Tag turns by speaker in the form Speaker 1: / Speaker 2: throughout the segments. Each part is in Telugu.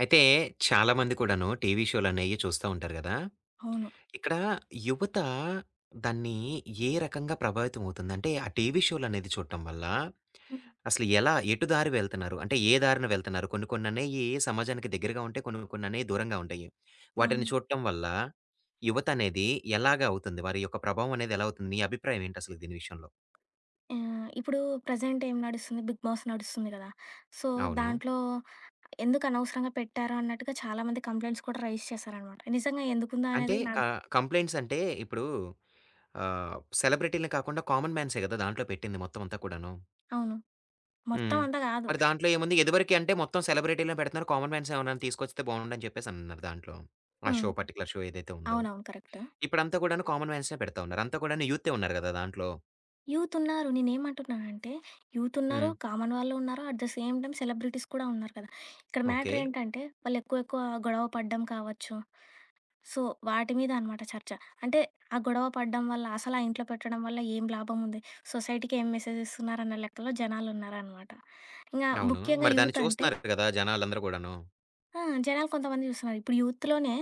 Speaker 1: అయితే చాలామంది కూడాను టీవీ షోలనేయి చూస్తా ఉంటారు గదా!
Speaker 2: అవును.
Speaker 1: ఇక్కడ యువత దాన్ని ఏ రకంగా ప్రభావితం అవుతుందంటే, ఆ టీవీ షోలనేది చూడటం వల్ల
Speaker 2: హ్మ్.
Speaker 1: అసలు ఎలా, ఎటు దారి వెళ్తున్నారు? అంటే ఏ దారిన వెళ్తున్నారు? కొన్ని కొన్ననేయి సమాజానికి దగ్గరగా ఉంటాయి. కొన్ని కొన్ననేయి దూరంగా ఉంటాయి. వాటిని
Speaker 2: అవును.
Speaker 1: చూడటం వల్ల యువత అనేది ఎలాగా అవుతుంది? వారి యొక్క ప్రభావం అనేది ఎలా అవుతుంది? నీ అభిప్రాయం ఏంటి అసలు దీని విషయంలో?
Speaker 2: ఇప్పుడు ప్రెజెంట్ ఏం నడుస్తుంది? 'బిగ్ బాస్' నడుస్తుంది కదా! సో,
Speaker 1: అవును.
Speaker 2: దాంట్లో ఎందుకు అనవసరంగా పెట్టారు అన్నట్టుగా చాలామంది కంప్లెయింట్స్ కూడా రైజ్ చేశారనమాట. నిజంగా ఎందుకుందా
Speaker 1: అంటే
Speaker 2: అనేది నాకు
Speaker 1: కంప్లెయింట్స్ అంటే ఇప్పుడు ఆహ్, సెలబ్రిటీలని కాకుండా కామన్ మాన్సే గదా! దాంట్లో పెట్టింది మొత్తం అంతా కూడాను.
Speaker 2: అవును. మొత్తం
Speaker 1: హ్మ్.
Speaker 2: అంతా కాదు.
Speaker 1: మరి దాంట్లో ఏముంది? ఇదివరకి అంటే మొత్తం సెలబ్రిటీలనే పెడుతున్నారు. కామన్ మ్యాన్స్ ఎవరైనా తీసుకొస్తే బావుండని చెప్పేసన్నారు దాంట్లో. ఆ
Speaker 2: హ్మ్.
Speaker 1: షో పర్టిక్యులర్ షో ఏదైతే ఉందో.
Speaker 2: అవునవును. కరెక్ట్.
Speaker 1: ఇప్పుడంతా కూడాను కామన్ మ్యాన్స్‌నే పెడతా ఉన్నారు. అంతా కూడాను యూతే ఉన్నారు గదా దాంట్లో.
Speaker 2: యూత్ ఉన్నారు. నేనేమంటున్నానంటే, యూత్ ఉన్నారు,
Speaker 1: హ్మ్.
Speaker 2: కామన్ వాళ్ళు ఉన్నారు. At the same time celebrities కూడా ఉన్నారు కదా! ఇక్కడ
Speaker 1: ఓకే.
Speaker 2: మ్యాటర్ ఏంటంటే, వాళ్ళు ఎక్కువ ఎక్కువ గొడవ పడడం కావచ్చు. సో, వాటి మీద అనమాట చర్చ. అంటే ఆ గొడవ పడడం వల్ల, అసలు ఆ ఇంట్లో పెట్టడం వల్ల ఏం లాభం ఉంది? సొసైటీకి ఏం మెసేజ్ ఇస్తున్నారు అన్న లెక్కలో జనాలున్నారనమాట. ఇంగా
Speaker 1: అవును.
Speaker 2: ముఖ్యంగా
Speaker 1: మరి దాన్ని
Speaker 2: యూత్ అంటే
Speaker 1: చూస్తున్నారు గదా జనాలందరూ గూడాను.
Speaker 2: జనాలు కొంతమంది చూస్తున్నారు. ఇప్పుడు యూత్‌లోనే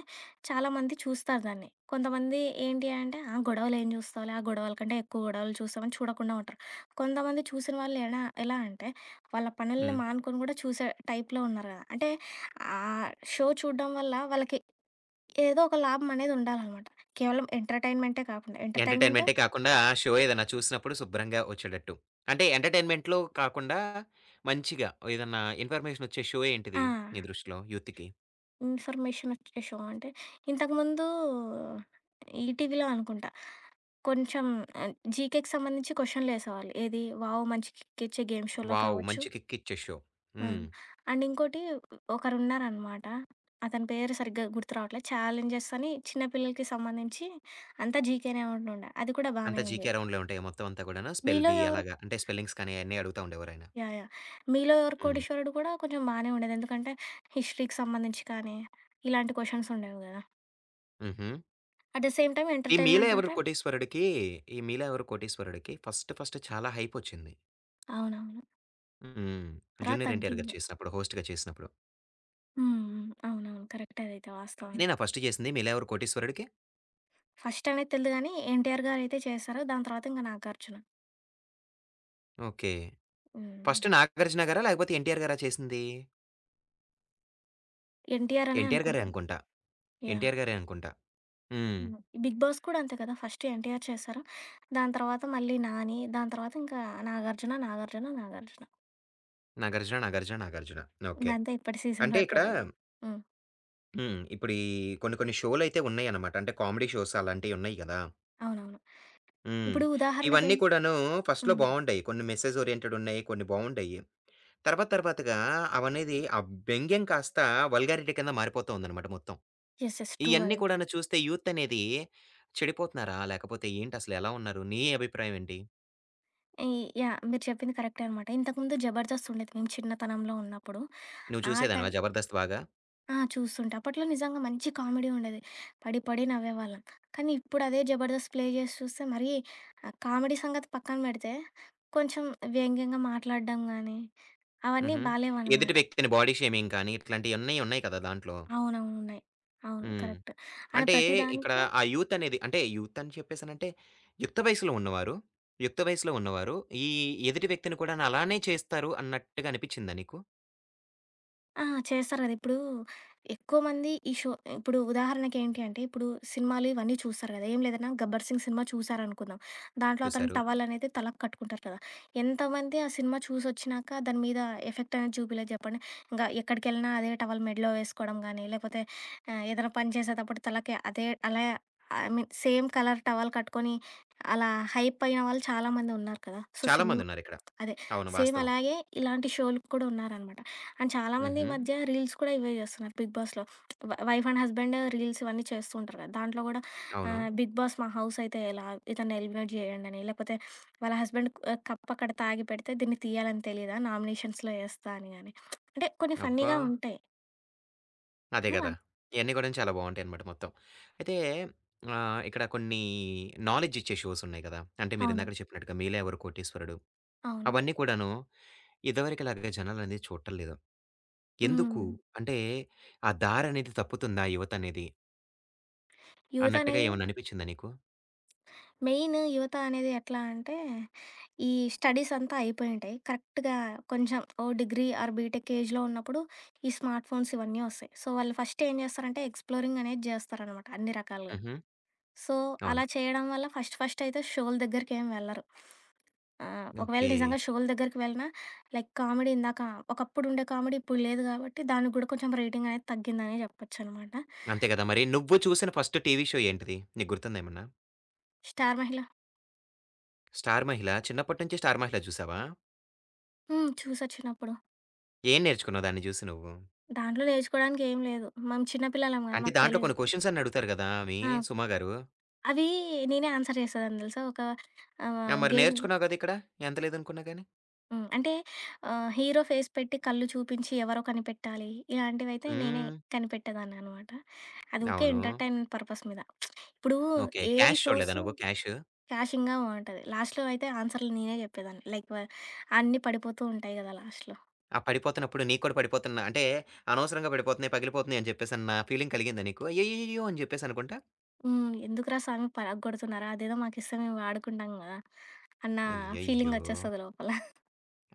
Speaker 2: చాలామంది చూస్తారు దాన్ని. కొంతమంది ఏంటి అంటే, గొడవలేం చూస్తావులే, ఆ గొడవల కంటే ఎక్కువ గొడవలు చూస్తామని చూడకుండా ఉంటారు. కొంతమంది చూసిన వాళ్ళు ఎలా అంటే, వాళ్ళ పనుల్ని
Speaker 1: హ్మ్.
Speaker 2: మానుకొని కూడా చూసే టైప్‌లో ఉన్నారు కదా! అంటే ఆ షో చూడడం వల్ల వాళ్ళకి ఏదో ఒక లాభం అనేది ఉండాలనమాట. కేవలం ఎంటర్‌టైన్‌మెంటే కాకుండా ఎంటర్‌టైన్‌మెంట్
Speaker 1: ఎంటర్‌టైన్‌మెంటే కాకుండా ఆ షో ఏదైనా చూసినప్పుడు శుభ్రంగా వచ్చేటట్టు. అంటే ఎంటర్‌టైన్‌మెంట్‌లో కాకుండా మంచిగా ఏదన్నా ఇన్ఫర్మేషన్ వచ్చే షో
Speaker 2: ఆ!
Speaker 1: ఏంటిది? నీ దృష్టిలో యూత్‌కి?
Speaker 2: ఇన్ఫర్మేషనొచ్చే షో అంటే, ఇంతకుముందు ఈటీవీలో అనుకుంటా. కొంచెం జీకేకి సంబంధించి క్వెషన్‌లేసేవాళ్ళు. ఏది 'వావ్ మంచికిక్కిచ్చే' గేమ్ షోలో
Speaker 1: వావ్!
Speaker 2: కావచ్చు.
Speaker 1: మంచి కిక్ ఇచ్చే షో.
Speaker 2: ఆ!
Speaker 1: హ్మ్.
Speaker 2: అండ్ ఇంకోటి ఒకరున్నారనమాట. అతని పేరు సరిగ్గా గుర్తు రావట్లే. ఛాలెంజెస్ అని చిన్న పిల్లలకి సంబంధించి అంతా జీకేనే ఉంటుండే. అది కూడా బానే
Speaker 1: అంతా
Speaker 2: ఉంది.
Speaker 1: జీకే రౌండ్‌లో ఉంటాయా మొత్తం అంతా కూడాను? స్పెల్
Speaker 2: మీలో
Speaker 1: బీ
Speaker 2: ఎవరు
Speaker 1: అలాగా అంటే స్పెల్లింగ్స్ కానీ అయన్నీ అడుగుతా ఉండేవారాయన.
Speaker 2: యాహ్! యాహ్! మీలో ఎవరు
Speaker 1: హ్మ్.
Speaker 2: కోటీశ్వరుడు కూడా కొంచెం బానే ఉండేది. ఎందుకంటే హిస్టరీకి సంబంధించి కానీ, ఇలాంటి క్వెషన్స్ ఉండేవి గదా!
Speaker 1: హుహు.
Speaker 2: అట్ ద సేమ్ టైమ్
Speaker 1: ఈ 'మీలో
Speaker 2: ఎంటర్‌టైన్‌మెంట్
Speaker 1: ఎవరు
Speaker 2: అంటే
Speaker 1: కోటీశ్వరుడు'కి ఈ 'మీలో ఎవరు కోటీశ్వరుడు'కి ఫస్ట్ ఫస్ట్ చాలా హైపొచ్చింది.
Speaker 2: అవునవును.
Speaker 1: హ్మ్.
Speaker 2: తర్వాత
Speaker 1: జూనియర్ ఎన్టీఆర్ గారు
Speaker 2: తగ్గింది.
Speaker 1: చేసినప్పుడు హోస్ట్‌గా చేసినప్పుడు.
Speaker 2: హ్మ్. హ్మ్. అవునవును. కరెక్టే అదైతే వాస్తవమే.
Speaker 1: ఆయనేనా ఫస్ట్ చేసింది 'మీలో ఎవరు కోటీశ్వరుడు'కి?
Speaker 2: ఫస్ట్ అనేది తెలీదు గానీ, 'ఎన్టీఆర్' గారైతే చేశారు. దాని తర్వాత ఇంక 'నాగార్జున.'
Speaker 1: ఓకే.
Speaker 2: హ్మ్.
Speaker 1: ఫస్ట్ 'నాగార్జున' గారా? లేకపోతే 'ఎన్టీఆర్' గారా చేసింది?
Speaker 2: 'ఎన్టీఆర్' అనే
Speaker 1: 'ఎన్టీఆర్' గారే
Speaker 2: అనుకుంటున్నా.
Speaker 1: అనుకుంటా.
Speaker 2: యాహ్!
Speaker 1: 'ఎన్టీఆర్' గారే అనుకుంటా. హ్మ్.
Speaker 2: హ్మ్. 'బిగ్ బాస్' కూడా అంతే కదా! ఫస్ట్ 'ఎన్టీఆర్' చేశారు. దాని తర్వాత మళ్ళీ 'నాని.' దాని తర్వాత ఇంకా 'నాగార్జున,' 'నాగార్జున,' 'నాగార్జున.'
Speaker 1: 'నాగార్జున, నాగార్జున, నాగార్జున'. ఓకే.
Speaker 2: ఇంకంతే ఇప్పటి సీజన్
Speaker 1: అంటే
Speaker 2: వరకే
Speaker 1: ఇక్కడ
Speaker 2: అదండి. హ్మ్.
Speaker 1: హ్మ్. ఇప్పుడు ఈ కొన్ని కొన్ని షోలయితే ఉన్నాయన్నమాట. అంటే కామెడీ షోస్ అలాంటియి ఉన్నాయి గదా!
Speaker 2: అవునవును.
Speaker 1: హ్మ్.
Speaker 2: ఇప్పుడు
Speaker 1: ఇవన్నీ
Speaker 2: ఉదాహరణకేం
Speaker 1: కూడాను ఫస్ట్‌లో
Speaker 2: హ్మ్.
Speaker 1: బావుంటాయి. కొన్ని మెసేజ్ ఓరియెంటెడ్ ఉన్నాయి. కొన్ని బావుంటాయి. తర్వాత తర్వాతగా అవనేది ఆ వ్యంగ్యం కాస్త వల్గారిటీ కింద మారిపోతూ ఉందనమాట మొత్తం.
Speaker 2: యెస్. యెస్. ట్రూ
Speaker 1: ఇయన్నీ
Speaker 2: అదైతే.
Speaker 1: కూడాను చూస్తే యూత్ అనేది చెడిపోతున్నారా? లేకపోతే ఏంటసలు ఎలా ఉన్నారు? నీ అభిప్రాయం ఏంటి?
Speaker 2: ఈ మీరు చెప్పింది కరెక్టే అనమాట. ఇంతకుముందు 'జబర్దస్త్' ఉండేది మేము చిన్నతనంలో ఉన్నప్పుడు.
Speaker 1: నువ్వు
Speaker 2: ఆ
Speaker 1: చూసేదానివా
Speaker 2: టైం
Speaker 1: 'జబర్దస్త్' బాగా?
Speaker 2: ఆ! చూస్తుంటా. అప్పట్లో నిజంగా మంచి కామెడీ ఉండేది. పడి, పడి నవ్వేవాళ్ళం. కానీ ఇప్పుడు అదే 'జబర్దస్త్' ప్లే చేసి చూస్తే మరీ ఆ కామెడీ సంగతి పక్కన పెడితే, కొంచెం వ్యంగ్యంగా మాట్లాడడం గానీ, అవన్నీ
Speaker 1: హుహు. ఎదుటి
Speaker 2: బాలేవనమాట.
Speaker 1: వ్యక్తిని బాడీ షేమింగ్ కానీ ఇట్లాంటియన్నీ ఉన్నాయి ఉన్నాయి కదా దాంట్లో.
Speaker 2: అవునవును. ఉన్నాయి. అవును.
Speaker 1: హ్మ్.
Speaker 2: కరెక్ట్. అండ్
Speaker 1: అంటే
Speaker 2: ప్రతి
Speaker 1: ఇక్కడ
Speaker 2: దానికి
Speaker 1: ఆ యూత్ అనేది అంటే యూత్ అని చెప్పేసనంటే యుక్త వయసులో ఉన్నవారు, యుక్త వయసులో ఉన్నవారు ఈ ఎదుటి వ్యక్తిని కూడాను అలానే చేస్తారు అన్నట్టుగా అనిపిచ్చిందా నీకు?
Speaker 2: చేస్తారు గదా! ఇప్పుడు ఎక్కువ మంది ఈ షో ఇప్పుడు ఉదాహరణకి ఏంటి అంటే, ఇప్పుడు సినిమాలు ఇవన్నీ చూస్తారు గదా! ఏం లేదన్నా 'గబ్బర్ సింగ్' సినిమా చూసారనుకుందాం. దాంట్లో అతను
Speaker 1: చూసారు.
Speaker 2: టవల్ అనేది తలకు కట్టుకుంటారు కదా! ఎంతమంది ఆ సినిమా చూసొచ్చినాక దాని మీద ఎఫెక్ట్ అనేది చూపియలేదు చెప్పండి. ఇంగా ఎక్కడికెళ్ళినా అదే టవల్ మెడలో వేసుకోవడం గానీ, లేకపోతే ఏదైనా పని చేసేటప్పుడు తలకి అదే అలా I mean same colour towel కట్టుకొని అలా హైప్ అయిన వాళ్ళు చాలా మంది ఉన్నారు కదా! సో,
Speaker 1: చాలా
Speaker 2: సినిమా
Speaker 1: మందున్నారిక్కడ.
Speaker 2: అదే
Speaker 1: అవును.
Speaker 2: సేమ్
Speaker 1: వాస్తవం.
Speaker 2: అలాగే ఇలాంటి షోలు కూడా ఉన్నారనమాట. అండ్ చాలామంది ఈ
Speaker 1: హుహు.
Speaker 2: మధ్య రీల్స్ కూడా ఇవే చేస్తున్నారు బిగ్ బాస్‌లో. వైఫ్ అండ్ హస్బెండ్ రీల్స్ ఇవన్నీ చేస్తూ ఉంటారు కదా! దాంట్లో కూడా
Speaker 1: అవును.
Speaker 2: బిగ్ బాస్ మా హౌస్ అయితే ఎలా? ఇతన్ని ఎలిమినేట్ చేయండని, లేకపోతే వాళ్ళ హస్బెండ్ కప్ అక్కడ తాగి పెడితే దీన్ని తీయాలని తెలీదా? నామినేషన్స్‌లో ఏస్తా అని గాని. అంటే కొన్ని
Speaker 1: అబ్బా!
Speaker 2: ఫన్నీగా ఉంటాయి.
Speaker 1: అదే
Speaker 2: ఆ!
Speaker 1: గదా! ఇయన్నీ గూడాను చాలా బావుంటాయనమాట మొత్తం. అయితే ఇక్కడ కొన్ని నాలెడ్జ్ ఇచ్చే షోస్ ఉన్నాయి గదా! అంటే
Speaker 2: అవును.
Speaker 1: మీరిందాకడ చెప్పినట్టుగా 'మీలో ఎవరు కోటీశ్వరుడు'
Speaker 2: అవును.
Speaker 1: అవన్నీ కూడాను ఇదివరకులాగా జనాలనేది చూడటం లేదు.
Speaker 2: హ్మ్.
Speaker 1: ఎందుకు? అంటే, ఆ దారనేది తప్పుతుందా యువతనేది?
Speaker 2: యూత్
Speaker 1: అన్నట్టుగా
Speaker 2: అనేది
Speaker 1: ఏమన్నా అనిపిచ్చిందా నీకు?
Speaker 2: మెయిన్ యువత అనేది ఎట్లా అంటే, ఈ స్టడీస్ అంతా అయిపోయి ఉంటాయి. కరెక్ట్‌గా కొంచెం ఓ డిగ్రీ ఆర్ బీటెక్ ఏజ్‌లో ఉన్నప్పుడు ఈ స్మార్ట్ ఫోన్స్ ఇవన్నీ వస్తాయి. సో, వాళ్ళు ఫస్ట్ ఏం చేస్తారంటే ఎక్స్‌ప్లోరింగ్ అనేది చేస్తారనమాట అన్ని రకాలుగా.
Speaker 1: హుహు.
Speaker 2: సో,
Speaker 1: అవును.
Speaker 2: అలా చేయడం వల్ల ఫస్ట్ ఫస్ట్ అయితే షోల దగ్గరికేం వెళ్ళరు. ఒకవేళ
Speaker 1: ఓకే.
Speaker 2: నిజంగా షోల దగ్గరికి వెళ్ళినా లైక్ కామెడీ ఇందాక ఒకప్పుడుండే కామెడీ ఇప్పుడు లేదు కాబట్టి దానికి కూడా కొంచెం రేటింగ్ అనేది తగ్గిందనే చెప్పొచ్చనమాట.
Speaker 1: అంతే గదా! మరి నువ్వు చూసిన ఫస్ట్ టీవీ షో ఏంటిది? నీకు గుర్తుందా ఏమన్నా?
Speaker 2: 'స్టార్ మహిళ'
Speaker 1: 'స్టార్ మహిళ'. చిన్నప్పటి నుంచి 'స్టార్ మహిళ' జూసావా?
Speaker 2: హ్మ్. చూసా చిన్నప్పుడు.
Speaker 1: ఏం నేర్చుకున్నావు దాన్ని జూసి నువ్వు?
Speaker 2: దాంట్లో నేర్చుకోవడానికి ఏం లేదు. మనం చిన్న పిల్లలం గదా!
Speaker 1: అంటే
Speaker 2: మాకు
Speaker 1: దాంట్లో
Speaker 2: తెలీదు.
Speaker 1: కొన్ని క్వెషన్స్ అన్ని అడుగుతారు గదా! ఆమె
Speaker 2: ఆ!
Speaker 1: సుమ గారు.
Speaker 2: అవి నేనే ఆన్సర్ చేసేదాన్ని తెలుసా! ఒక
Speaker 1: ఆ! మరి
Speaker 2: గేమ్
Speaker 1: నేర్చుకున్నావు గదా! ఇక్కడ. ఎంత లేదనుకున్నా గాని.
Speaker 2: హ్మ్. అంటే హీరో ఫేస్ పెట్టి కళ్ళు చూపించి ఎవరో కనిపెట్టాలి. ఇలాంటివైతే నేనే
Speaker 1: హ్మ్.
Speaker 2: కనిపెట్టేదాన్ననమాట. అది ఊకే
Speaker 1: అవును.
Speaker 2: ఎంటర్‌టైన్‌మెంట్ పర్పస్ మీద. ఇప్పుడు
Speaker 1: ఓకే.
Speaker 2: ఏవి
Speaker 1: 'క్యాష్'
Speaker 2: షోస్
Speaker 1: చూడలేదా నువ్వు 'క్యాష్'?
Speaker 2: క్యాషింగ్‌గా బావుంటది. లాస్ట్‌లో అయితే ఆన్సర్‌లు నేనే చెప్పేదాన్ని. లైక్ వ అన్నీ పడిపోతూ ఉంటాయి గదా! లాస్ట్‌లో.
Speaker 1: ఆ! పడిపోతున్నప్పుడు నీకు కూడా పడిపోతున్నా అంటే, అనవసరంగా పడిపోతున్నాయి, పగిలిపోతున్నాయి అని చెప్పేసన్న ఫీలింగ్ కలిగిందా నీకు? అయ్యయ్యయ్యో! అని చెప్పేసి అనుకుంటా
Speaker 2: హ్మ్. ఎందుకురా స్వామి పరగ్గొడుతున్నారు. అదేదో మాకిస్తే మేము వాడుకుంటాం గదా! అన్న
Speaker 1: అయ్యయ్యో!
Speaker 2: ఫీలింగొచ్చేస్తది లోపల.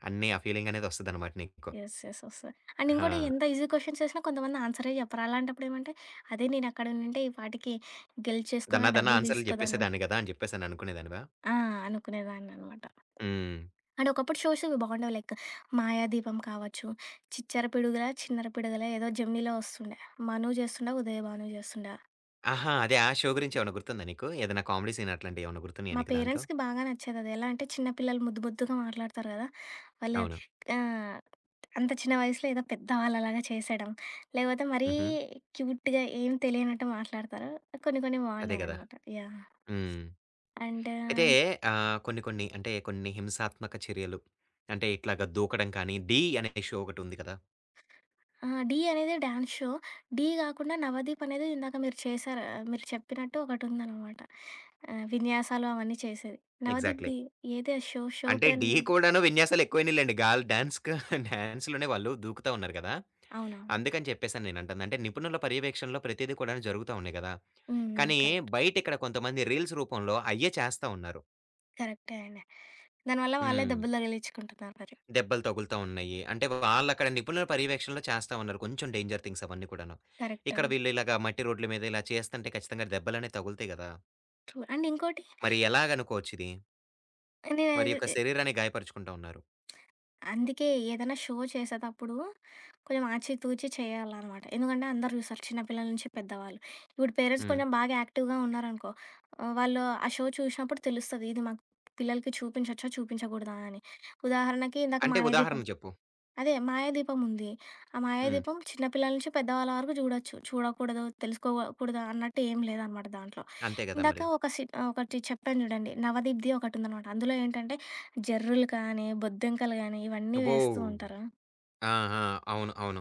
Speaker 1: అన్నీ ఆ ఫీలింగ్ అనేది వస్తదనమాట నీకు.
Speaker 2: యెస్. యెస్. వస్తాయి. అండ్ ఇంకోటి
Speaker 1: ఆ!
Speaker 2: ఎంత ఈజీ క్వెషన్స్ ఏసినా కొంతమంది ఆన్సరే చెప్పరు. అలాంటప్పుడు ఏమంటే, అదే నేనక్కడుండుంటే ఈ పాటికి గెలిచేసుకొని
Speaker 1: దన్నా
Speaker 2: ఆ
Speaker 1: దన్నా
Speaker 2: డబ్బులు
Speaker 1: ఆన్సర్‌లు
Speaker 2: తీసుకోదాన్న.
Speaker 1: చెప్పేసేదాన్ని గదా! అని చెప్పేసని అనుకునేదానివా?
Speaker 2: ఆ! అనుకునేదాన్ననమాట.
Speaker 1: హ్మ్.
Speaker 2: అండ్ ఒకప్పుడు షోషువి బాగుండేవి. లైక్ 'మాయాదీపం' కావచ్చు, 'చిచ్చర పిడుగులా చిన్నర పిడుగులా' ఏదో జెమినీలో వస్తుండే. 'మను' చేస్తుండే, 'ఉదయభాను' చేస్తుండే.
Speaker 1: ఆహా! అదే ఆ షో గురించి ఏమన్నా గుర్తుందా నీకు? ఏదైనా కామెడీ సీన్ అట్లాంటివి ఏమన్నా గుర్తున్నాయా
Speaker 2: మా
Speaker 1: నీకు దాంట్లో?
Speaker 2: పేరెంట్స్‌కి బాగా నచ్చేదది. ఎలా అంటే చిన్న పిల్లలు ముద్దు ముద్దుగా మాట్లాడతారు కదా! వాళ్ళు
Speaker 1: అవును.
Speaker 2: ఆహ్, అంత చిన్న వయసులో ఏదో పెద్దవాళ్ళలాగా చేసేయడం, లేకపోతే మరీ
Speaker 1: హుహు.
Speaker 2: క్యూట్‌గా ఏం తెలియనట్టు మాట్లాడతారు. కొన్ని కొన్ని
Speaker 1: అదే గదా!
Speaker 2: బాగున్నాయనమాట. యాహ్!
Speaker 1: హ్మ్.
Speaker 2: అండ్
Speaker 1: అయితే కొన్ని కొన్ని అంటే కొన్ని హింసాత్మక చర్యలు అంటే ఇట్లాగా దూకడం కానీ 'ఢీ' అనే షో ఒకటుంది కదా!
Speaker 2: ఆ! 'ఢీ' అనేది డాన్స్ షో. 'ఢీ' కాకుండా 'నవదీప్' అనేది ఇందాక మీరు చేశారు ఆ, మీరు చెప్పినట్టు ఒకటుందనమాట. విన్యాసాలు అవన్నీ చేసేది.
Speaker 1: ఎగ్జాక్ట్‌లీ.
Speaker 2: 'నవదీప్‌ది' ఏదో షో
Speaker 1: అంటే
Speaker 2: పేరు
Speaker 1: 'ఢీ' కూడాను విన్యాసాలెక్కువైనీలెండి. గాల్ డాన్స్‌కు డాన్స్‌లోనే వాళ్ళు దూకుతా ఉన్నారు గదా!
Speaker 2: అవునవును.
Speaker 1: అందుకని చెప్పేసని నేనంటంది. అంటే నిపుణుల పర్యవేక్షణలో ప్రతీదీ కూడాను జరుగుతా ఉన్నాయి గదా!
Speaker 2: హ్మ్. హ్మ్.
Speaker 1: కానీ
Speaker 2: కరెక్ట్.
Speaker 1: బయటిక్కడ కొంతమంది రీల్స్ రూపంలో అయ్యే చేస్తా ఉన్నారు.
Speaker 2: కరెక్టే అండి. దానివల్ల వాళ్ళే
Speaker 1: హ్మ్.
Speaker 2: దెబ్బలు తగిలించుకుంటున్నారు మరి.
Speaker 1: దెబ్బలు తగులుతా ఉన్నాయి. అంటే వాళ్ళక్కడ నిపుణుల పర్యవేక్షణలో చేస్తా ఉన్నారు. కొంచెం డేంజర్ థింగ్స్ అవన్నీ కూడాను.
Speaker 2: కరెక్ట్.
Speaker 1: ఇక్కడ
Speaker 2: అండి,
Speaker 1: వీళ్ళు ఇలాగా మట్టి రోడ్ల మీద ఇలా చేస్తంటే ఖచ్చితంగా దెబ్బలనేవి తగులుతాయి గదా!
Speaker 2: ట్రూ. అండ్ ఇంకోటి
Speaker 1: మరి ఎలాగనుకోవచ్చు ఇది? వారి
Speaker 2: నేనది
Speaker 1: యొక్క శరీరాన్ని గాయపరుచుకుంటా ఉన్నారు.
Speaker 2: అందుకే ఏదైనా షో చేసేటప్పుడు కొంచెం ఆచితూచి చేయాలన్నమాట. ఎందుకంటే అందరూ చూస్తారు చిన్నపిల్లల నుంచి పెద్దవాళ్ళు. ఇప్పుడు పేరెంట్స్
Speaker 1: హ్మ్.
Speaker 2: కొంచెం బాగా యాక్టివ్‌గా ఉన్నారనుకో, వాళ్ళు ఆ షో చూసినప్పుడు తెలుస్తది. ఇది మా పిల్లలకి చూపించొచ్చా? చూపించకూడదా? అని. ఉదాహరణకి ఇందాక
Speaker 1: అంటే ఉదాహరణ
Speaker 2: 'మాయాదీపం'
Speaker 1: చెప్పు.
Speaker 2: అదే 'మాయాదీపం' ఉంది. ఆ
Speaker 1: హ్మ్.
Speaker 2: 'మాయాదీపం' చిన్నపిల్లల నుంచి పెద్దవాళ్ళ వరకు చూడొచ్చు. చూడకూడదు, తెలుసుకోకూడదు అన్నట్టు ఏం లేదనమాట దాంట్లో.
Speaker 1: అంతే గదా
Speaker 2: ఇందాక
Speaker 1: మరి.
Speaker 2: ఒక సి ఒకటి చెప్పాను చూడండి. 'నవదీప్‌ది' ఒకటుందనమాట. అందులో ఏంటంటే జర్రులు కానీ, బొద్దింకలు గానీ, ఇవన్నీ
Speaker 1: అబ్బో!
Speaker 2: వేస్తూ ఉంటారు.
Speaker 1: ఆ! ఆ! అవును. అవును.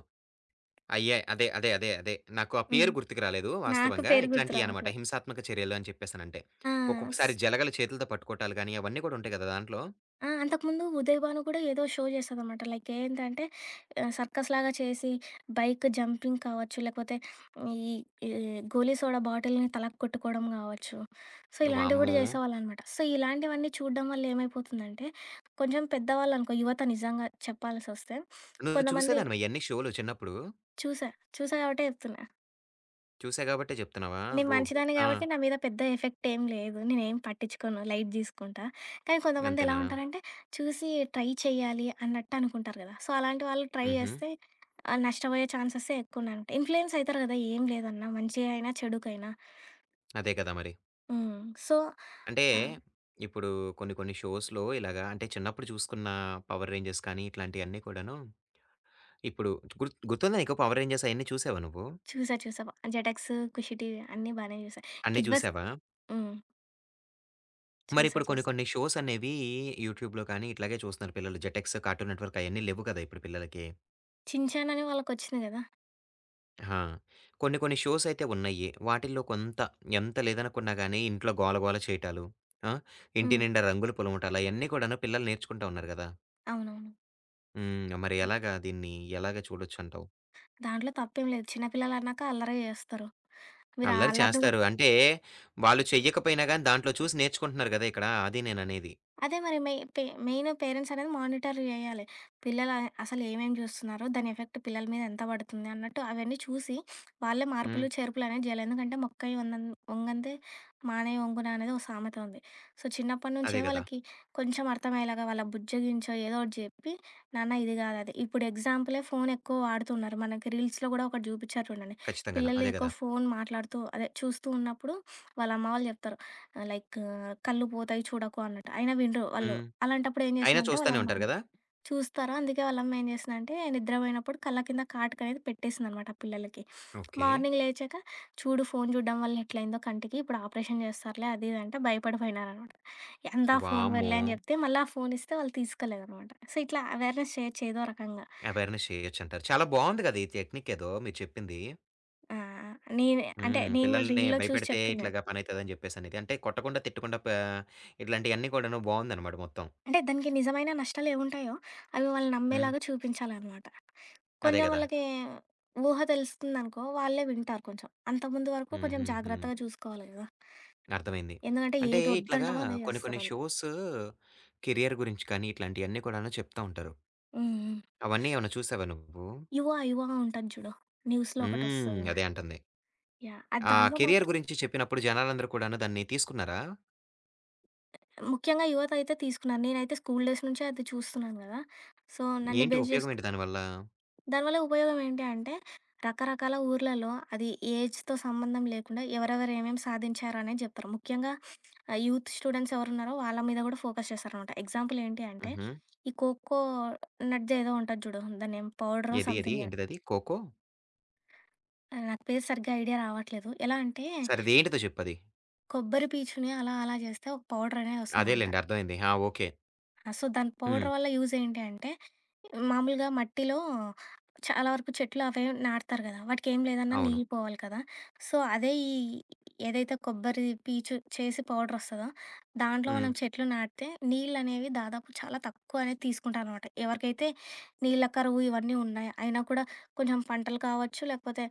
Speaker 1: అయ్యే. అదే. అదే. అదే. అదే. నాకు ఆ
Speaker 2: హ్మ్.
Speaker 1: పేరు గుర్తుకు రాలేదు
Speaker 2: నాకు
Speaker 1: వాస్తవంగా.
Speaker 2: పేరు గుర్తు
Speaker 1: ఇట్లాంటియి అనమాట.
Speaker 2: రావట్లే.
Speaker 1: హింసాత్మక చర్యలు అని చెప్పేసనంటే.
Speaker 2: ఆ! స్
Speaker 1: ఒక్కొక్కసారి జలగలు చేతులతో పట్టుకోవటాలు గాని, అవన్నీ కూడా ఉంటాయి కదా దాంట్లో.
Speaker 2: ఆ! అంతకుముందు 'ఉదయ్ భాను' కూడా ఏదో షో చేస్తదనమాట. లైక్ ఏంటంటే సర్కస్‌లాగా చేసి బైక్ జంపింగ్ కావచ్చు, లేకపోతే ఈ ఈ గోలీ సోడా బాటిల్‌ని తలకు కొట్టుకోవడం కావచ్చు. సో, ఇలాంటివి కూడా
Speaker 1: వామ్మో!
Speaker 2: చేసేవాళ్ళనమాట. సో, ఇలాంటివన్నీ చూడడం వల్ల ఏమైపోతుందంటే, కొంచెం పెద్దవాళ్ళనుకో యువత నిజంగా చెప్పాల్సొస్తే
Speaker 1: నువ్వు
Speaker 2: కొంతమంది
Speaker 1: చూసేదానివా ఇయన్నీ షోలు చిన్నప్పుడు?
Speaker 2: చూసా. చూసా కాబట్టే చెప్తున్నా.
Speaker 1: చూసావు గాబట్టే చెప్తున్నావా?
Speaker 2: నేను
Speaker 1: అబ్బో!
Speaker 2: మంచిదాన్ని
Speaker 1: ఆ!
Speaker 2: గాబట్టి నా మీద పెద్ద ఎఫెక్టేం లేదు. నేనేం పట్టించుకోను. లైట్ తీసుకుంటా. కానీ కొంతమంది ఎలా
Speaker 1: అంతేనా?
Speaker 2: ఉంటారంటే, చూసి ట్రై చేయాలి అన్నట్టనుకుంటారు గదా! సో, అలాంటి వాళ్ళు ట్రై
Speaker 1: హుహు.
Speaker 2: జేస్తే నష్టపోయే ఛాన్సెసే ఎక్కువున్నాయంట. ఇన్‌ఫ్లుయెన్స్ అయితారు గదా! ఏం లేదన్నా. మంచి అయినా, చెడుకైనా.
Speaker 1: అదే కదా మరి.
Speaker 2: హ్మ్. సో
Speaker 1: అంటే
Speaker 2: ఆ!
Speaker 1: ఇప్పుడు కొన్ని కొన్ని షోస్‌లో ఇలాగా అంటే చిన్నప్పుడు చూసుకున్న 'పవర్ రేంజర్స్' కానీ ఇట్లాంటియన్నీ కూడాను ఇప్పుడు గుర్తుందా నీకు 'పవర్ రేంజర్స్' అయన్నీ చూసావా నువ్వు?
Speaker 2: చూసా. చూసా. 'జెటెక్స్', 'ఖుషి టీవీ' అన్నీ బానే జూసా.
Speaker 1: అన్నీ
Speaker 2: 'కిడ్ బస్'
Speaker 1: చూసావా?
Speaker 2: హ్మ్. చూసా.
Speaker 1: మరిప్పుడు కొన్ని
Speaker 2: చూసా.
Speaker 1: కొన్ని షోస్ అనేవి యూట్యూబ్‌లో కానీ ఇట్లాగే చూస్తున్నారు పిల్లలు. జెటెక్స్, కార్టూన్ నెట్‌వర్క్ అయన్నీ లెవ్వు కదా! ఇప్పుడు పిల్లలకి.
Speaker 2: 'చిన్ చాన్' అని వాళ్ళకొచ్చింది గదా!
Speaker 1: ఆ! కొన్ని కొన్ని షోస్ అయితే ఉన్నాయి. వాటిల్లో కొంత ఎంత లేదనుకున్నా గానీ ఇంట్లో గోల గోల చేయటాలు, ఆ! ఇంటి
Speaker 2: హ్మ్.
Speaker 1: నిండా రంగులు పులమటాలు అయన్నీ కూడాను పిల్లలు నేర్చుకుంటా ఉన్నారు గదా!
Speaker 2: అవునవును.
Speaker 1: హ్మ్. మరి ఎలాగా దీన్ని ఎలాగ చూడొచ్చంటావు?
Speaker 2: దాంట్లో తప్పేం లేదు. చిన్న పిల్లలన్నాక అల్లరే జేస్తారు. మీరు ఆ
Speaker 1: అల్లరి
Speaker 2: అల్లరిని గూడా
Speaker 1: చేస్తారు. అంటే వాళ్ళు చెయ్యకపోయినా గానీ దాంట్లో చూసి నేర్చుకుంటున్నారు గదా! ఇక్కడ. అది నేననేది.
Speaker 2: అదే మరి మెయిన్ పేరెంట్స్ అనేది మానిటర్ చేయాలి. పిల్లలు అసలు ఏమేమి చూస్తున్నారు? దాని ఎఫెక్ట్ పిల్లల మీద ఎంత పడుతుంది? అన్నట్టు అవన్నీ చూసి వాళ్ళే
Speaker 1: హ్మ్.
Speaker 2: మార్పులు, చేర్పులు అనేది చేయాలి. ఎందుకంటే మొక్కై వంగన్ వంగందే మానై వంగున అనేది ఒక సామెత ఉంది. సో, చిన్నప్పటి నుంచే
Speaker 1: అదే గదా!
Speaker 2: వాళ్ళకి కొంచెం అర్థమయ్యేలాగా వాళ్ళ బుజ్జగించో ఏదో ఒకటి చెప్పి, నాన్న ఇది కాదు అది. ఇప్పుడు ఎగ్జాంపులే ఫోన్ ఎక్కువ వాడుతున్నారు. మనకి రీల్స్‌లో కూడా ఒకటి చూపించారు చూడండి.
Speaker 1: ఖచ్చితంగాను.
Speaker 2: పిల్లలు
Speaker 1: అదే
Speaker 2: ఎక్కువ
Speaker 1: గదా!
Speaker 2: ఫోన్ మాట్లాడుతూ అదే చూస్తూ ఉన్నప్పుడు వాళ్ళ అమ్మ వాళ్ళు చెప్తారు. లైక్ కళ్ళు పోతాయి చూడకు అన్నట్టు. అయినా వినరు వాళ్ళు.
Speaker 1: హ్మ్.
Speaker 2: అలాంటప్పుడు ఏం
Speaker 1: అయినా
Speaker 2: చేసిందంటే
Speaker 1: చూస్తానే
Speaker 2: వాళ్ళమ్మ
Speaker 1: ఉంటారు గదా!
Speaker 2: చూస్తారా అందుకే వాళ్ళమ్మ ఏం చేసిందంటే నిద్రపోయినప్పుడు కళ్ళ కింద కాటుకనేది పెట్టేసిందనమాట ఆ పిల్లలకి.
Speaker 1: ఓకే.
Speaker 2: మార్నింగ్ లేచాక చూడు ఫోను చూడడం వల్ల ఎట్లయిందో కంటికి ఇప్పుడు ఆపరేషన్ చేస్తారులే అది ఇది అంటే భయపడిపోయినారనమాట. అంతా ఫోను
Speaker 1: వామ్మో!
Speaker 2: వల్లే అని చెప్తే మళ్ళీ ఆ ఫోను ఇస్తే వాళ్ళు తీసుకోలేదనమాట. సో ఇట్లా అవేర్‌నెస్ చేయొచ్చు ఏదో రకంగా.
Speaker 1: అవేర్‌నెస్ చేయొచ్చంటారు. చాలా బావుంది కదా! ఈ టెక్నిక్ ఏదో మీరు చెప్పింది.
Speaker 2: ఆ! నేను అంటే
Speaker 1: హ్మ్.
Speaker 2: నేను
Speaker 1: పిల్లల్ని
Speaker 2: రీల్‌లో చూసి
Speaker 1: భయపెడితే
Speaker 2: చెప్పిందే.
Speaker 1: ఇట్లాగా పనైతదని చెప్పేసనేది. అంటే కొట్టకుండా, తిట్టకుండా పా ఇట్లాంటియన్నీ కూడాను బావుందనమాట మొత్తం.
Speaker 2: అంటే దానికి నిజమైన నష్టాలేవుంటాయో అవి వాళ్ళు
Speaker 1: హ్మ్.
Speaker 2: నమ్మేలాగా చూపించాలనమాట.
Speaker 1: అదే
Speaker 2: కొంచెం
Speaker 1: గదా!
Speaker 2: వాళ్ళకి ఊహ తెలుస్తుందనుకో, వాళ్ళే వింటారు కొంచెం. అంతకుముందు వరకు
Speaker 1: హుహు.
Speaker 2: కొంచెం
Speaker 1: హ్మ్. హ్మ్.
Speaker 2: జాగ్రత్తగా చూసుకోవాలి గదా!
Speaker 1: అర్థమైంది.
Speaker 2: ఎందుకంటే
Speaker 1: అంటే
Speaker 2: ఏది
Speaker 1: ఇట్లాగా
Speaker 2: వద్దంటామో అదే
Speaker 1: కొన్ని కొన్ని
Speaker 2: చేస్తారాళ్ళు.
Speaker 1: షోస్ కెరియర్ గురించి కానీ ఇట్లాంటియన్నీ కూడాను చెప్తా ఉంటారు.
Speaker 2: హ్మ్. హ్మ్.
Speaker 1: అవన్నీ ఏమైనా చూసావా నువ్వు?
Speaker 2: 'యువ యువ' ఉంటది చూడు. న్యూస్‌లో
Speaker 1: హ్మ్.
Speaker 2: ఒకటొస్తది.
Speaker 1: అదే అంటుంది.
Speaker 2: యాహ్! అది
Speaker 1: ఆ
Speaker 2: దాంట్లో
Speaker 1: కెరియర్
Speaker 2: మాత్రం
Speaker 1: గురించి చెప్పినప్పుడు జనాలందరూ కూడాను దాన్ని తీసుకున్నారా?
Speaker 2: ముఖ్యంగా యువత అయితే తీసుకున్నారు. నేనైతే స్కూల్ డేస్ నుంచే అది చూస్తున్నాను గదా! సో, నన్ను
Speaker 1: ఏంటి
Speaker 2: బేస్
Speaker 1: ఉపయోగం
Speaker 2: జేసుకు
Speaker 1: ఏంటి దానివల్ల?
Speaker 2: దానివల్ల ఉపయోగం ఏంటి అంటే, రకరకాల ఊర్లలో అది ఏజ్‌తో సంబంధం లేకుండా ఎవరెవరు ఏమేమి సాధించారనేది జెప్తారు. ముఖ్యంగా యూత్ స్టూడెంట్స్ ఎవరున్నారో వాళ్ళ మీద గూడా ఫోకస్ చేస్తారనమాట. ఎగ్జాంపుల్ ఏంటి అంటే,
Speaker 1: హుహు.
Speaker 2: ఈ 'కోకో నట్స్' ఏదో ఉంటది జూడు. దాన్నేం పౌడరో
Speaker 1: ఏది? ఏది?
Speaker 2: సంథింగ్
Speaker 1: ఏంటిదది? 'ఖోఖో'?
Speaker 2: నాకు పేరు సరిగ్గా ఐడియా రావట్లేదు. ఎలా అంటే,
Speaker 1: సరే అదేంటిదో చెప్పది.
Speaker 2: కొబ్బరి పీచుని అలా అలా జేస్తే ఒక పౌడర్ అనేది వస్తదనమాట.
Speaker 1: అదేలెండి అర్థమైంది. ఆ! ఓకే.
Speaker 2: ఆ! సో, దాని పౌడర్
Speaker 1: హ్మ్.
Speaker 2: వల్ల యూజ్ ఏంటి అంటే, మామూలుగా మట్టిలో చాలా వరకు చెట్లు అవే నాటుతారు గదా! వాటికేం లేదన్నా
Speaker 1: అవును.
Speaker 2: నీళ్ళు పోవాలి కదా! సో, అదే ఈ ఏదైతే కొబ్బరి పీచు చేసి పౌడర్ వస్తదో, దాంట్లో
Speaker 1: హ్మ్.
Speaker 2: మనం చెట్లు నాటితే నీళ్ళనేవి దాదాపు చాలా తక్కువ అనేది తీసుకుంటారనమాట. ఎవరికైతే నీళ్ళ కరువు ఇవన్నీ ఉన్నాయి, అయినా కూడా కొంచెం పంటలు కావచ్చు, లేకపోతే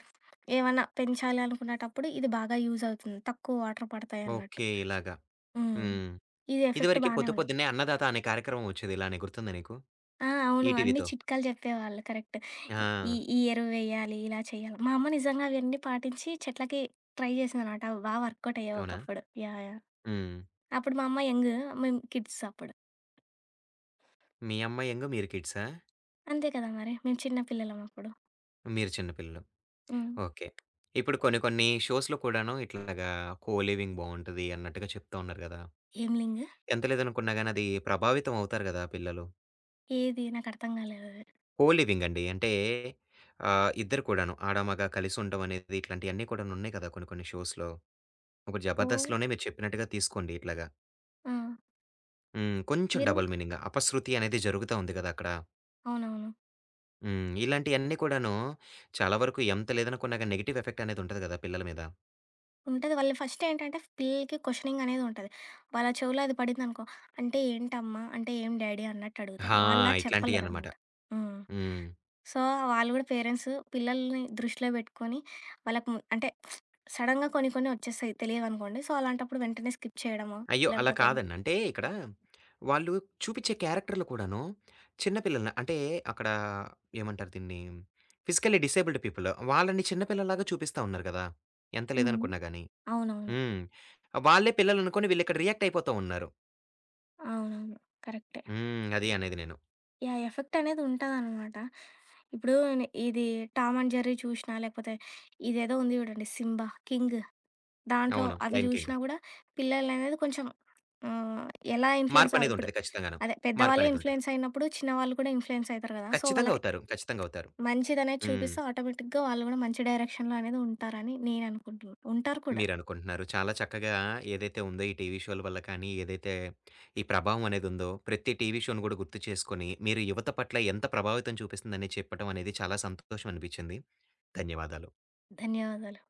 Speaker 2: ఏమన్నా పెంచాలి అనుకునేటప్పుడు ఇది బాగా యూజ్ అవుతుంది. తక్కువ వాటర్ పడతాయన్నట్టు.
Speaker 1: ఓకే. ఇలాగా.
Speaker 2: హ్మ్.
Speaker 1: హ్మ్.
Speaker 2: ఇది ఎఫెక్ట్
Speaker 1: ఇదివరకే
Speaker 2: బానే
Speaker 1: పొద్దు
Speaker 2: ఉండ
Speaker 1: పొద్దున్నే అన్నదాత అనే కార్యక్రమం వచ్చేది ఇలానే గుర్తుందా నీకు?
Speaker 2: ఆ! అవును. అన్ని
Speaker 1: ఈటీవీతో.
Speaker 2: చిట్కాలు జెప్పేవాళ్ళు కరెక్ట్. ఈ
Speaker 1: ఆ!
Speaker 2: ఈ ఎరువు వెయ్యాలి, ఇలా చేయాలి. మా అమ్మ నిజంగా అవన్నీ పాటించి చెట్లకి ట్రై జేసిందనమాట. అవి బా వర్కౌట్ అయ్యేవి
Speaker 1: అవునా?
Speaker 2: ఒకప్పుడు. యాహ్! యాహ్!
Speaker 1: హ్మ్.
Speaker 2: అప్పుడు మా అమ్మ యంగ్. మేము కిడ్స్ అప్పుడు.
Speaker 1: మీ అమ్మాయేంగో మీరు కిడ్సా?
Speaker 2: అంతే కదా మరి! మేము చిన్న పిల్లలం అప్పుడు.
Speaker 1: మీరు చిన్న పిల్లలు.
Speaker 2: హ్మ్.
Speaker 1: ఓకే. ఇప్పుడు కొన్ని కొన్ని షోస్‌లో కూడాను ఇట్లాగా కో లివింగ్ బావుంటది అన్నట్టుగా చెప్తా ఉన్నారు గదా!
Speaker 2: ఏం లింగ్?
Speaker 1: ఎంత లేదనుకున్నా గాని అది ప్రభావితం అవుతారు గదా! పిల్లలు.
Speaker 2: ఏది? నాకర్థం గాలేదది.
Speaker 1: కోలివింగ్ అండి. అంటే ఇద్దరు కూడాను. ఆడ, మగ కలిసి ఉండడం అనేది ఇట్లాంటియన్నీ కూడానున్నాయి కదా! కొన్ని కొన్ని షోస్‌లో. ఇప్పుడు
Speaker 2: ఓ
Speaker 1: 'జబర్దస్త్‌లోనే' మీరు చెప్పినట్టుగా తీసుకోండి ఇట్లాగా.
Speaker 2: ఆ!
Speaker 1: హ్మ్. కొంచెం
Speaker 2: బిరువు.
Speaker 1: డబుల్ మీనింగ్ అపశృతి అనేది జరుగుతా ఉంది కదా! అక్కడ.
Speaker 2: అవునవును.
Speaker 1: హ్మ్. ఇలాంటియన్నీ కూడాను చాలా వరకు ఎంత లేదనుకున్నా గాని నెగెటివ్ ఎఫెక్ట్ అనేది ఉంటది కదా! పిల్లల మీద.
Speaker 2: ఉంటది. వాళ్ళు ఫస్ట్ ఏంటంటే పిల్లలకి క్వెషనింగ్ అనేది ఉంటది. వాళ్ళ చెవిలో అది పడిందనుకో, "అంటే ఏంటమ్మా? అంటే ఏం డ్యాడీ?" అన్నట్టు అడుగుతారు.
Speaker 1: ఆ!
Speaker 2: వాళ్ళలా
Speaker 1: ఇట్లాంటియన్నమాట.
Speaker 2: చెప్పలేరనమాట. హ్మ్.
Speaker 1: హ్మ్.
Speaker 2: సో, వాళ్ళు కూడా పేరెంట్స్ పిల్లల్ని దృష్టిలో పెట్టుకొని వాళ్ళకి అంటే సడెన్‌గా కొన్ని కొన్ని వచ్చేస్తాయి తెలియవనుకోండి. సో, అలాంటప్పుడు వెంటనే స్కిప్ చేయడమో
Speaker 1: అయ్యో! అలా
Speaker 2: లేకపోతే
Speaker 1: కాదండి. అంటే ఇక్కడ వాళ్ళు చూపిచ్చే క్యారెక్టర్‌లు కూడాను చిన్న పిల్లలని అంటే అక్కడ ఏమంటారు దీన్ని? ఫిజికల్లీ డిసేబుల్డ్ పీపుల్ వాళ్ళని చిన్న పిల్లల్లాగా చూపిస్తా ఉన్నారు గదా! ఎంత
Speaker 2: హ్మ్.
Speaker 1: లేదనుకున్నా గాని.
Speaker 2: అవునవును.
Speaker 1: హ్మ్. వాళ్ళే పిల్లలనుకోని వీళ్ళిక్కడ రియాక్ట్ అయిపోతా ఉన్నారు.
Speaker 2: అవునవును. కరెక్టే.
Speaker 1: హ్మ్. అది అనేది నేను.
Speaker 2: యాహ్! ఎఫెక్ట్ అనేది ఉంటదనమాట. ఇప్పుడు ఇది 'టామ్ అండ్ జెర్రీ' చూసినా, లేకపోతే ఇదేదో ఉంది చూడండి 'సింబా', 'కింగ్' దాంట్లో
Speaker 1: అవును.
Speaker 2: అవి
Speaker 1: 'లయన్ కింగ్.'
Speaker 2: చూసినా కూడా పిల్లలనేది కొంచెం ఆహ్, ఎలా ఇన్‌ఫ్లూయెన్స్ అవ్ ఇప్పుడు
Speaker 1: మార్పనేదుంటది ఖచ్చితంగాను.
Speaker 2: అదే పెద్దవాళ్ళే
Speaker 1: మార్పనేదుంటది.
Speaker 2: ఇన్‌ఫ్లూయెన్స్ అయినప్పుడు చిన్నవాళ్ళు కూడా ఇన్‌ఫ్లూయెన్స్ అయితారు కదా! సో,
Speaker 1: ఖచ్చితంగా
Speaker 2: వాళ్ళకి
Speaker 1: అవుతారు. ఖచ్చితంగా అవుతారు.
Speaker 2: మంచిదనేది
Speaker 1: హ్మ్.
Speaker 2: చూపిస్తే ఆటోమేటిక్‌గా వాళ్ళు కూడా మంచి డైరెక్షన్‌లో అనేది ఉంటారని నేననుకుంటున్నా. ఉంటారు కూడా.
Speaker 1: మీరనుకుంటున్నారు. చాలా చక్కగా ఏదైతే ఉందో ఈ టీవీ షోల వల్ల కానీ, ఏదైతే ఈ ప్రభావం అనేదుందో, ప్రతి టీవీ షోను గూడా గుర్తు చేసుకొని, మీరు యువత పట్ల ఎంత ప్రభావితం చూపిస్తుందని చెప్పడం అనేది చాలా సంతోషం అనిపిచ్చింది. ధన్యవాదాలు.
Speaker 2: ధన్యవాదాలు.